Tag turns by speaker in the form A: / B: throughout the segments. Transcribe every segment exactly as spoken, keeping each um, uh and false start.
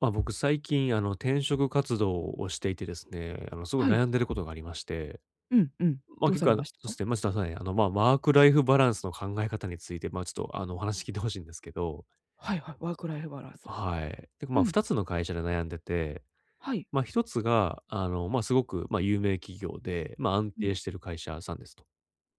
A: まあ、僕最近、あの、転職活動をしていてですね、あの、すごい
B: はい。
A: 悩んでることがありまして、
B: うんうん。
A: ま、
B: どう
A: 結
B: さ
A: 構、
B: れ
A: あの、
B: まし
A: そ
B: た？
A: して、ま、ちょっとね、あの、ま、ワークライフバランスの考え方について、ま、ちょっと、あの、お話聞いてほしいんですけど、
B: はいはい、ワークライフバランス。
A: はい。で
B: う
A: まあ
B: ん、
A: ふたつの会社で悩んでて、
B: はい。
A: ま、ひとつが、あの、ま、すごく、ま、有名企業で、ま、安
B: うん、
A: 定してる会社さんですと。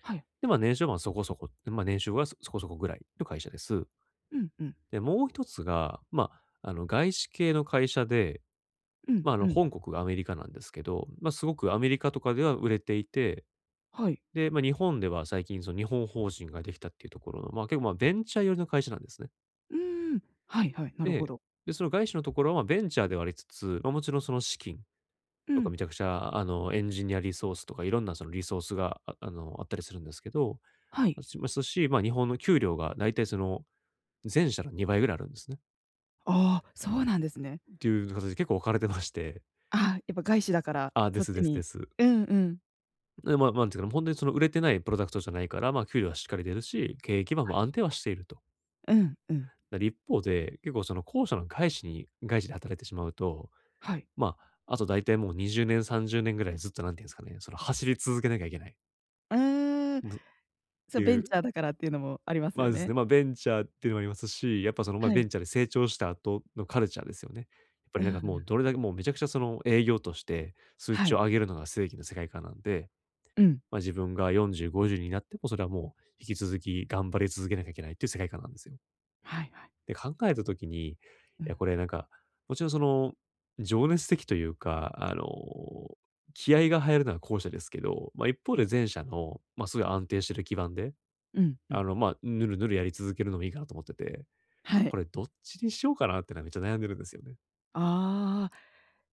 B: はい。
A: で、ま、年収は、まそこそこ、ま、年収はそそこそこぐらいの会社です。
B: うんうん。
A: で、もうひとつが、まあ、あの、外資系の会社で、
B: うん
A: まあ、あの、
B: うん。
A: 本国がアメリカなんですけど、まあ、すごくアメリカとかでは売れていて、
B: はい。
A: で、まあ、日本では最近その日本法人ができたっていうところの、まあ、結構、まあ、ベンチャー寄りの会社なんですね。
B: うーん。はいはい、なるほ
A: で、
B: ど。
A: で、その外資のところはまあベンチャーではありつつ、まあ、もちろんその資金
B: う
A: とか
B: ん、
A: めちゃくちゃ、あの、エンジニアリソースとかいろんなそのリソースが、ああの、あったりするんですけど、
B: はい。
A: しますし、まあ、日本の給料が大体その、全社のにばいぐらいあるんですね。
B: ああ、そうなんですね。
A: っていう形で結構置かれてまして。
B: ああ、やっぱ外資だから、
A: あ、で
B: そっ
A: す
B: ち
A: ですで
B: に。
A: す。
B: うんうん。
A: で、まあ、なんていうかな、ほにその売れてないプロダクトじゃないから、まあ、給料はしっかり出るし、経営基盤
B: は
A: も
B: い。
A: 安定はしていると。
B: うんうん。
A: だから一方で、結構その後者の外資に外資で働いてしまうと、
B: はい。
A: まあ、あと大体もうにじゅうねん、さんじゅうねんぐらいずっとなんていうんですかね、その走り続けなきゃいけない、
B: うーん、
A: もうっ
B: そ
A: て
B: う、ベ
A: い
B: ンチ
A: う、
B: ャーだからっていうのもありますよ
A: ま、です
B: ね。
A: ね、ま、ベンチャーっていうのもありますし、やっぱその、ま、
B: は
A: ベ
B: い。
A: ンチャーで成長した後のカルチャーですよね。やっぱ
B: う
A: りなんかもう
B: ん、
A: どれだけもうめちゃくちゃその営業として数
B: は
A: 値を
B: い。
A: 上げるのが正義の世界観なんで、
B: うん。
A: まあ、自分がよんじゅう、ごじゅうになっても、それはもう引き続き頑張り続けなきゃいけないっていう世界観なんですよ。
B: はいはい。
A: で、考えた時に、い
B: う
A: や、
B: ん、
A: これなんか、もちろんその、情熱的というか、あの、気合が入るのは後者ですけど、まあ、一方
B: う
A: で
B: ん、
A: 前者の、まあ、すごい安定してる基盤で、
B: うんう
A: あ
B: ん。
A: の、まあ、ぬるぬるやり続けるのもいいかなと思ってて、
B: はい。
A: これどっちにしようかなってのはめっちゃ悩んでるんですよね。
B: ああ。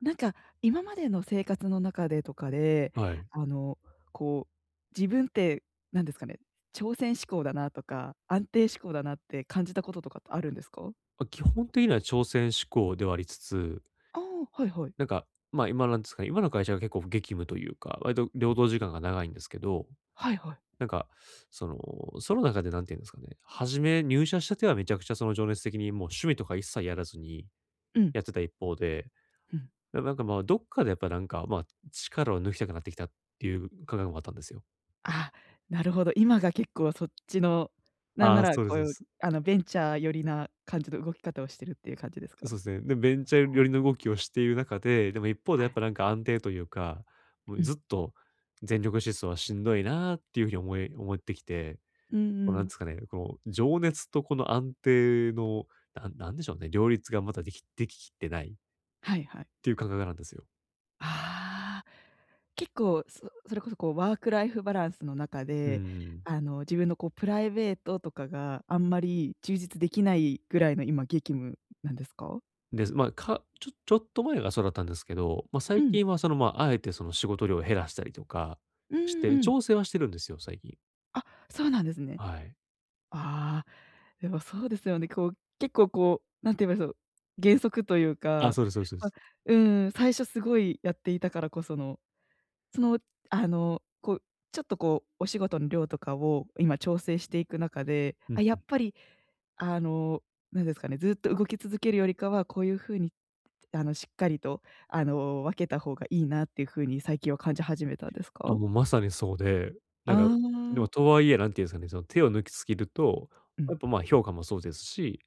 B: なんか、今までの生活の中でとかで、
A: はい。
B: あの、こう、自分って何ですかね、挑戦志向だなとか、安定志向だなって感じたこととかってあるんですか？
A: ま、基本的には挑戦志向ではありつつ、
B: ああ、はいはい。
A: なんか、まあ、今なんですかね、今の会社が結構激務というか、割と労働時間が長いんですけど、
B: はいはい。
A: なんか、その、その中でなんていうんですかね、初め入社したてはめちゃくちゃその情熱的にもう趣味とか一切やらずに
B: うん、
A: やってた一方で、
B: うん。
A: ななんかまあ、どっかでやっぱなんか、まあ、力を抜きたくなってきたっていう感覚もあったんですよ。
B: ああ、なるほど。今が結構そっちの、なん
A: あ
B: な
A: あ、
B: ら
A: そうです、
B: こ
A: そうで
B: う、
A: す。
B: あの、ベンチャー寄りな感じの動き方をしてるっていう感じですか？
A: そうですね。で、ベンチャー
B: あ、
A: 寄りの動きをしている中で、でも一方でや
B: は
A: っ
B: い。
A: ぱなんか安定というか、もう
B: う
A: ず
B: ん。
A: っと全力疾走はしんどいなーっていうふうに思い、思ってきて、
B: うんう
A: こうなんで
B: ん。
A: すかね、この情熱とこの安定の、なんなんでしょうね、両立がまだできでききってない
B: はいはい。
A: っていう感覚なんですよ。
B: ああ、結構、そそれこそこうワークライフバランスの中
A: う
B: で、
A: ん。
B: あの、自分のこうプライベートとかがあんまり充実できないぐらいの今激務なんですか？
A: で、まあ、かちょちょっと前がそうだったんですけど、まあ、
B: う
A: 最
B: ん。
A: 近はその、まあ、あえてその仕事量を減らしたりとか
B: う
A: し
B: ん
A: て、
B: うん。
A: 調整はしてるんですよ、最近。
B: あ、そうなんですね。
A: はい。
B: ああ、でもそうですよね。こう、結構こう、なんて言えばいいそう、原則という
A: あ、
B: か。
A: そうですそうですそうで
B: あ、
A: す。
B: うん、最初すごいやっていたからこその、その、あの、こう、ちょっとこう、お仕事の量とかを今調整していく中で、
A: うん。
B: あ、やっぱりあの、なんですかね、ずっと動き続けるよりかは、こういう風に、あの、しっかりと、あの、分けた方がいいなっていう風に最近は感じ始めたんです
A: あ、
B: か？
A: もうまさにそうで、な
B: あ
A: んか、でも
B: あ。
A: とはいえ、なんていうんですかね、その手を抜きすぎると、
B: う
A: や
B: ん、
A: っぱ、まあ、評価もそうですし、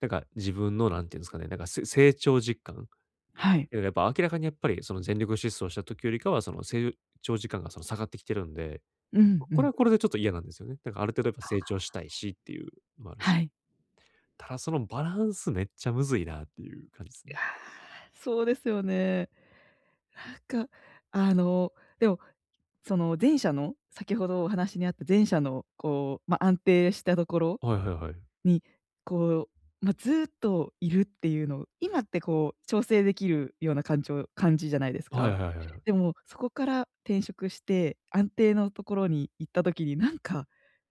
A: なんか自分のなんていうんですかね、なんかせ成長実感、
B: はい。
A: けどやっぱ明らかにやっぱりその全力疾走した時よりかは、その成長時間がその下がってきてるんで、
B: うんう
A: これ
B: ん。
A: はこれでちょっと嫌なんですよね。なんかある程度やっぱ成長したいしっていうのもあるし。
B: はい。
A: ただそのバランスめっちゃむずいなっていう感じですね。
B: そうですよね。なんか、あの、でも、その前者の、先ほどお話にあった前者のこう、ま、安定したところ
A: はいはいはい。
B: に、こう、ま、ずっといるっていうのを今ってこう調整できるようなかんちょ感じじゃないです
A: はい
B: か。
A: はいはいは
B: で
A: い。
B: も、そこから転職して、安定のところに行った時に、なんか、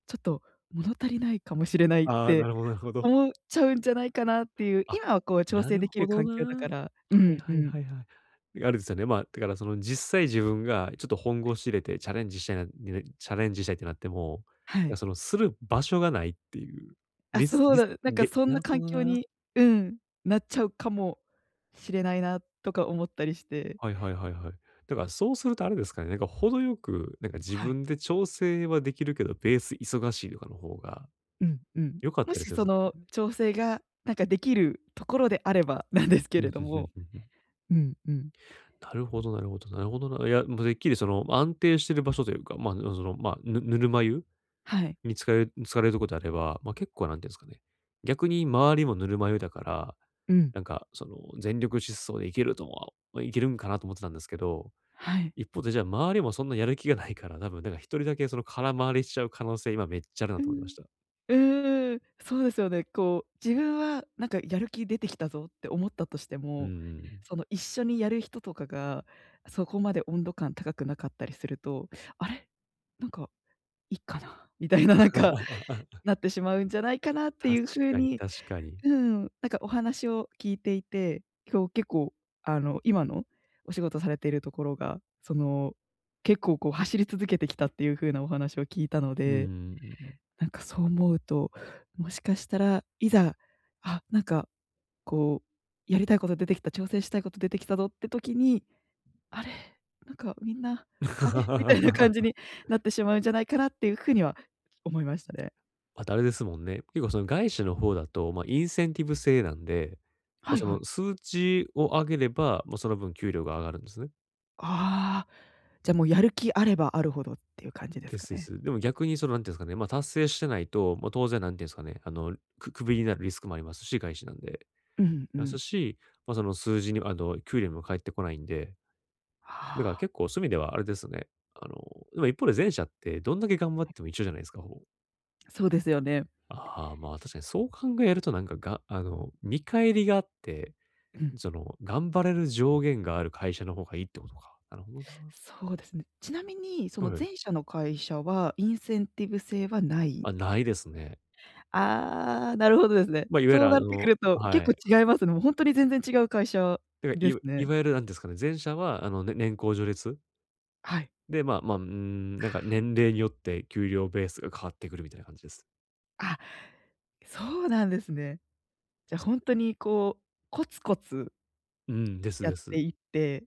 B: ちょっと物足りないかもしれないっ
A: ああ、な
B: て
A: るほどなるほど。
B: 思っちゃうんじゃないかなっていう、
A: あ、
B: 今はこう調
A: な
B: 整
A: る
B: でき
A: ほ
B: る
A: ど
B: 環境だか
A: な。
B: ら。う
A: はい
B: んう
A: はい
B: ん。
A: はいはい。あれですよね、まあ、だからその実際自分がちょっと本腰入れてチャレンジしたいなにねチャレンジしたいってなっても、
B: は
A: い
B: い。
A: や、そのする場所がないっていう、
B: あ、
A: リス
B: そう
A: リス
B: だ、なんか
A: げ
B: そん
A: な
B: な
A: るほ
B: 環
A: ど
B: 境
A: な。
B: にうん、なっちゃうかもしれないなとか思ったりして。
A: はいはいはいはい。だからそうするとあれですかね、なんか程よく、なんか自
B: はい。
A: 分で調整はできるけど、ベース忙しいとかの方が
B: うんうん。
A: 良かっ
B: も
A: たり
B: し
A: するんで
B: そ
A: すか
B: の
A: ね？
B: 調整がなんかできるところであればなんです
A: う
B: け
A: ん、んう
B: れど
A: ん
B: も。
A: うんうん。
B: うんうん。
A: なるほどなるほどなるほどな。いや、もうてっきりその安定してる場所というか、まあ、その、まあ、ぬぬるま湯
B: はい。
A: に疲れ使れるとこであれば、ま、結構なんていうんですかね、逆に周りもぬるま湯だから、
B: うん。
A: なんかその全力疾走でいけるとはま、いけるんかなと思ってたんですけど、
B: はい。
A: 一方でじゃあ周りもそんなやる気がないから、多分なんか一人だけその空回りしちゃう可能性、今めっちゃあるな
B: う
A: と思いまし
B: ん。
A: た。
B: うーん、そうですよね。こう、自分はなんかやる気出てきたぞって思ったとして
A: う
B: も、
A: ん。
B: その一緒にやる人とかが、そこまで温度感高くなかったりすると、あれ、なんかいいかなみたいな、なんか なってしまうんじゃないかなってい
A: 確
B: う風
A: かに
B: に。
A: 確かに。
B: うん、なんかお話を聞いていて、今日結構あの、今のお仕事されているところが、その、結構こう走り続けてきたっていう風なお話を聞いたの
A: う
B: で、
A: ん。
B: なんかそう思うと、もしかしたらいざ、あ、なんかこう、やりたいこと出てきた、挑戦したいこと出てきたぞって時に、あれ、なんかみんな、あれ？みたい な
A: ま
B: 感じ
A: た
B: になってしまうんじゃないかなっていう風には思いましたね。
A: あれですもんね、結構その外資の方だと、ま、インセンティブ制なんで、まあ、
B: はい
A: そ
B: は
A: の
B: い。
A: 数値を上げれば、まあ、その分給料が上がるんですね。
B: ああ。じゃ、もうやる気あればあるほどっていう感じで
A: で
B: すか
A: すで
B: ね。
A: す。でも逆にその、なんていうんですかね、まあ、達成してないと、まあ、当然なんていうんですかね、あの、くクビになるリスクもありますし、外資なんで。
B: うんう
A: ます
B: ん。
A: し、まあ、その数字に、あの、給料にも返ってこないんで、だから
B: は
A: 結構そういう意味ではあれですね。あの、でも一方で前者ってどんだけ頑張っても一緒じゃないですか、ほぼ。
B: あ、そうですよね。
A: ああ、まあ確かにそう考えるとなんかが、あの、見返りがあって、
B: うん。
A: その、頑張れる上限がある会社の方がいいってことか。なるほどな。
B: そうですね。ちなみに、そ
A: はい
B: の
A: はい。
B: 前者の会社はインセンティブ制はない。
A: あ、ないですね。
B: ああ、なるほどですね。
A: まあ、いわゆる
B: そう
A: あ
B: なってく
A: の
B: ると、結
A: は
B: 構
A: い。
B: 違いますね。もうほんとに全然違う会社
A: だから、
B: で
A: い
B: す
A: わい
B: ね。
A: わゆるなんですかね、前者はあの、ね年功序列
B: はい。
A: で、まあまあ、うーん、なんか年齢によって給料ベースが変わってくるみたいな感じです。
B: あ、そうなんですね。じゃ、ほんとにこう、コツコツ
A: うん、です
B: やっ
A: で
B: て
A: す。
B: いって、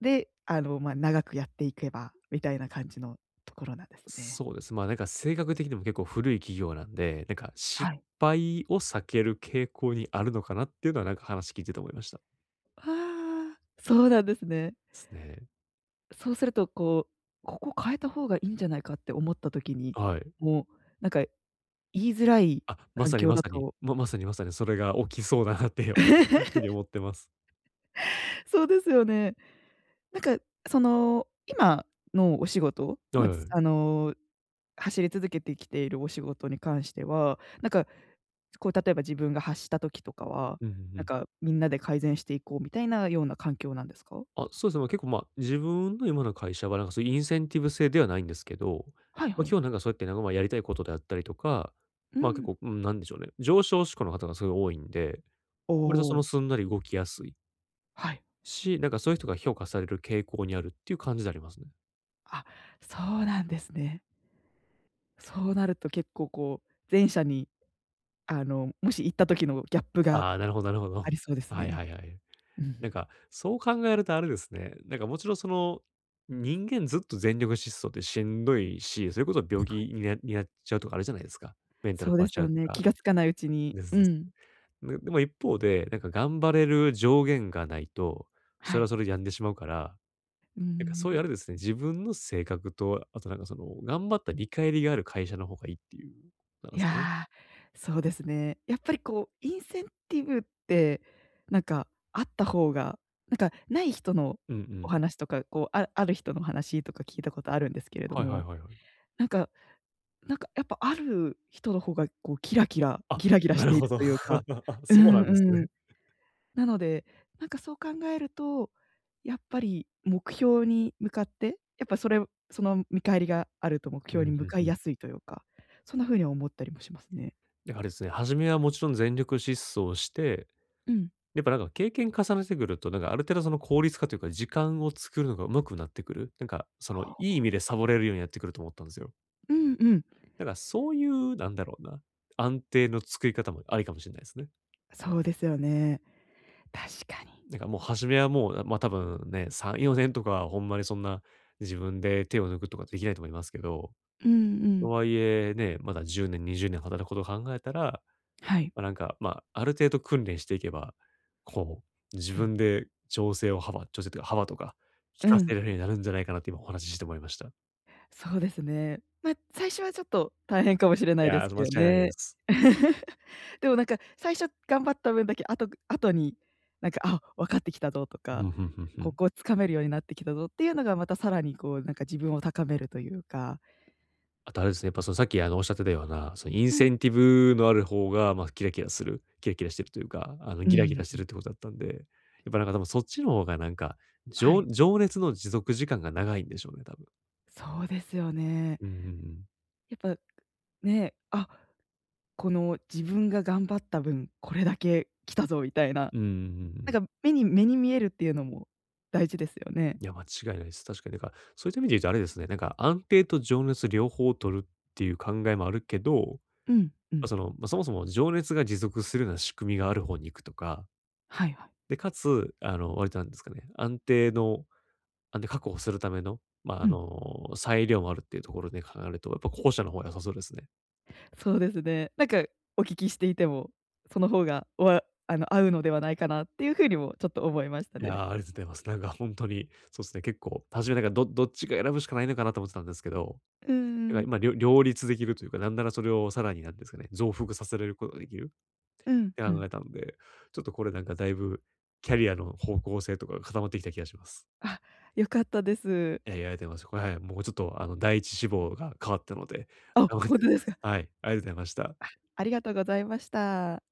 B: で、あの、ま、長くやっていけばみたいな感じのところなんですね。
A: そうです。まあ、なんか性格的にも結構古い企業なんで、なんか失
B: はい。
A: 敗を避ける傾向にあるのかなっていうのはなんか話聞いてて思いました。
B: ああ、そうなんですね。
A: ですね。
B: そうすると、こう、ここ変えた方がいいんじゃないかって思った時に、
A: はい。
B: もう、なんか、言いづらい
A: あ、ま
B: 環
A: さに
B: 境
A: ま
B: だ
A: さに、
B: と。
A: ままさにまさにそれが起きそうだなっていう ふうに思ってます。
B: そうですよね。なんか、その、今のお仕事、
A: はい
B: ま、
A: は
B: つ
A: い。
B: あの、走り続けてきているお仕事に関しては、なんか、こう、例えば自分が発した時とかは、
A: うんうんう
B: なん
A: ん。
B: か、みんなで改善していこうみたいなような環境なんですか？
A: あ、そうですね、まあ、結構、まあ、自分の今の会社はなんかそういうインセンティブ制ではないんですけど、
B: はい
A: まあ、
B: はい。
A: 今日なんかそうやってなんか、ま、やりたいことであったりとか、
B: う
A: ま、あ結
B: ん。
A: 構、うん、なんでしょうね、上昇志向の方がすごい多いんで、
B: お
A: 割とそ
B: お、
A: のすんなり動きやすい
B: はい。
A: し、なんかそういう人が評価される傾向にあるっていう感じでありますね。
B: あ、そうなんですね。そうなると結構こう、前者にあの、もし行った時のギャップが
A: ああ、なるほどなるほ
B: あ
A: ど。
B: りそうで す
A: はいは
B: ね。
A: いはい。
B: う
A: なん
B: ん。
A: か、そう考えるとあれですね、なんかもちろんその、人間ずっと全力疾走ってしんどいし、それこそ病気になになっちゃうとかあるじゃないですか。メンタル
B: そう
A: 壊
B: で
A: し
B: す
A: ちゃ
B: よ
A: うと
B: ね。気
A: か。
B: が付かないうちに
A: で
B: う
A: す
B: ん、
A: ででも一方で、なんか頑張れる上限がないと、
B: は
A: それは
B: い。
A: それで病んでしまうから、
B: うー
A: なんかそういう
B: ん。
A: あれですね、自分の性格と、あとなんかその、頑張った見返りがある会社の方がいいっていう、なんで
B: い
A: すかね。
B: や、そうですね。やっぱりこう、インセンティブって、なんかあった方が、なんかない人の
A: うんう
B: お
A: ん。
B: 話とか、こう、あある人の話とか聞いたことあるんですけれど
A: はいはい
B: も、
A: はいはい。
B: なんかなんかやっぱある人の方がこうキラキラ、
A: あ、
B: ギラギラ
A: な
B: し
A: る
B: てい
A: ほ
B: る
A: ど。
B: というか。
A: あ、
B: う
A: そうな
B: ん
A: んです
B: う
A: ね。
B: ん。なので、なんかそう考えると、やっぱり目標に向かって、やっぱそれその見返りがあると目
A: うん、う
B: 標に
A: ん
B: 向か
A: う
B: い
A: ん。
B: やすいというか、そんな風には思ったりもしますね。
A: で、あれですね、初めはもちろん全力疾走して、
B: うん。
A: やっぱなんか経験重ねてくると、なんかある程度その効率化というか、時間を作るのが上手くなってくる。なんかその、い
B: ほ
A: い意味でサボれるようになってくると思ったんですよ。
B: ううんうん。
A: だからそういう、なんだろうな、安定の作り方もありかもしれないですね。
B: そうですよね。確かに。
A: なんかもう初めはもう、ま、あ多分ね、さん、よねんとかはほんまにそんな、自分で手を抜くとかできないと思いますけど、
B: うんう
A: と
B: ん。
A: はいえね、まだじゅうねん、にじゅうねん働くことを考えたら、
B: はい。
A: まあ、なんか、まあ、ある程度訓練していけば、こう、自
B: うん。
A: 分で調整を幅調整というか幅とか、
B: う
A: 聞かせ
B: ん。
A: られるようになるんじゃないかなって今お話しして思いました。
B: そうですね。ま、最初はちょっと大変かもしれな
A: い
B: いで
A: や
B: す
A: ー、
B: け
A: 間違
B: ど
A: いないで
B: ね。
A: す。
B: でもなんか、最初頑張った分だけ、あと後に、なんか、あ、分かってきたぞと
A: うん、う
B: か、
A: んうんう
B: こ
A: ん。
B: こを掴めるようになってきたぞっていうのが、またさらにこう、なんか自分を高めるというか。
A: あとあれですね、やっぱそのさっきあのおっしゃってたような、そのイン
B: う
A: セ
B: ん。
A: ンティブのある方が、まあ、キラキラするキラキラしてるというか、まあの
B: う
A: ギラギ
B: ん
A: ラして
B: う
A: るっ
B: ん。
A: てことだったんで、やっぱなんか多分そっちの方がなんか、
B: は
A: 情
B: い。
A: 情熱の持続時間が長いんでしょうね、多分。
B: そうですよね。
A: うんうんうん。
B: やっぱ、ね、あ、この自分が頑張った分、これだけ来たぞみたいな。
A: うんうんうんうん。
B: なんか目に目に見えるっていうのも大事ですよね。
A: いや、間違いないです。確かになんか、そういった意味で言うとあれですね、なんか安定と情熱両方を取るっていう考えもあるけど、
B: うん、う
A: ま
B: ん。
A: その、まあ、そもそも情熱が持続するような仕組みがある方に行くとか、
B: はいはい。
A: で、かつ、あの、割となんですかね、安定のあ、で、確保するための、まあ、あ
B: うん。
A: の、裁量もあるっていうところで考えると、やっぱ後者の方が良さそうですね。
B: そうですね。なんかお聞きしていても、その方が、わあの、合うのではないかなっていう風にもちょっと思いました
A: いや
B: ね。
A: ー、ありがとうございます。なんか本当に、そうですね、結構、初めなんかどどっちか選ぶしかないのかなと思ってたんですけど、
B: うんう
A: なんか
B: ん。
A: 今両両立できるというか、なんならそれをさらになんですかね、増幅させられることができるっ
B: うん
A: て
B: う
A: 考
B: ん。
A: えたんで、ちょっとこれなんかだいぶキャリアの方向性とかが固まってきた気がします。
B: あ、良かったです。
A: いや、いや、ありがとうございます。これ、はい、もうちょっとあの、第一志望が変わったので、
B: あ、
A: 頑張っ
B: ほ
A: て
B: ん
A: み
B: とで
A: ま
B: す
A: す。
B: か。
A: はい、ありがとうございました。
B: ありがとうございました。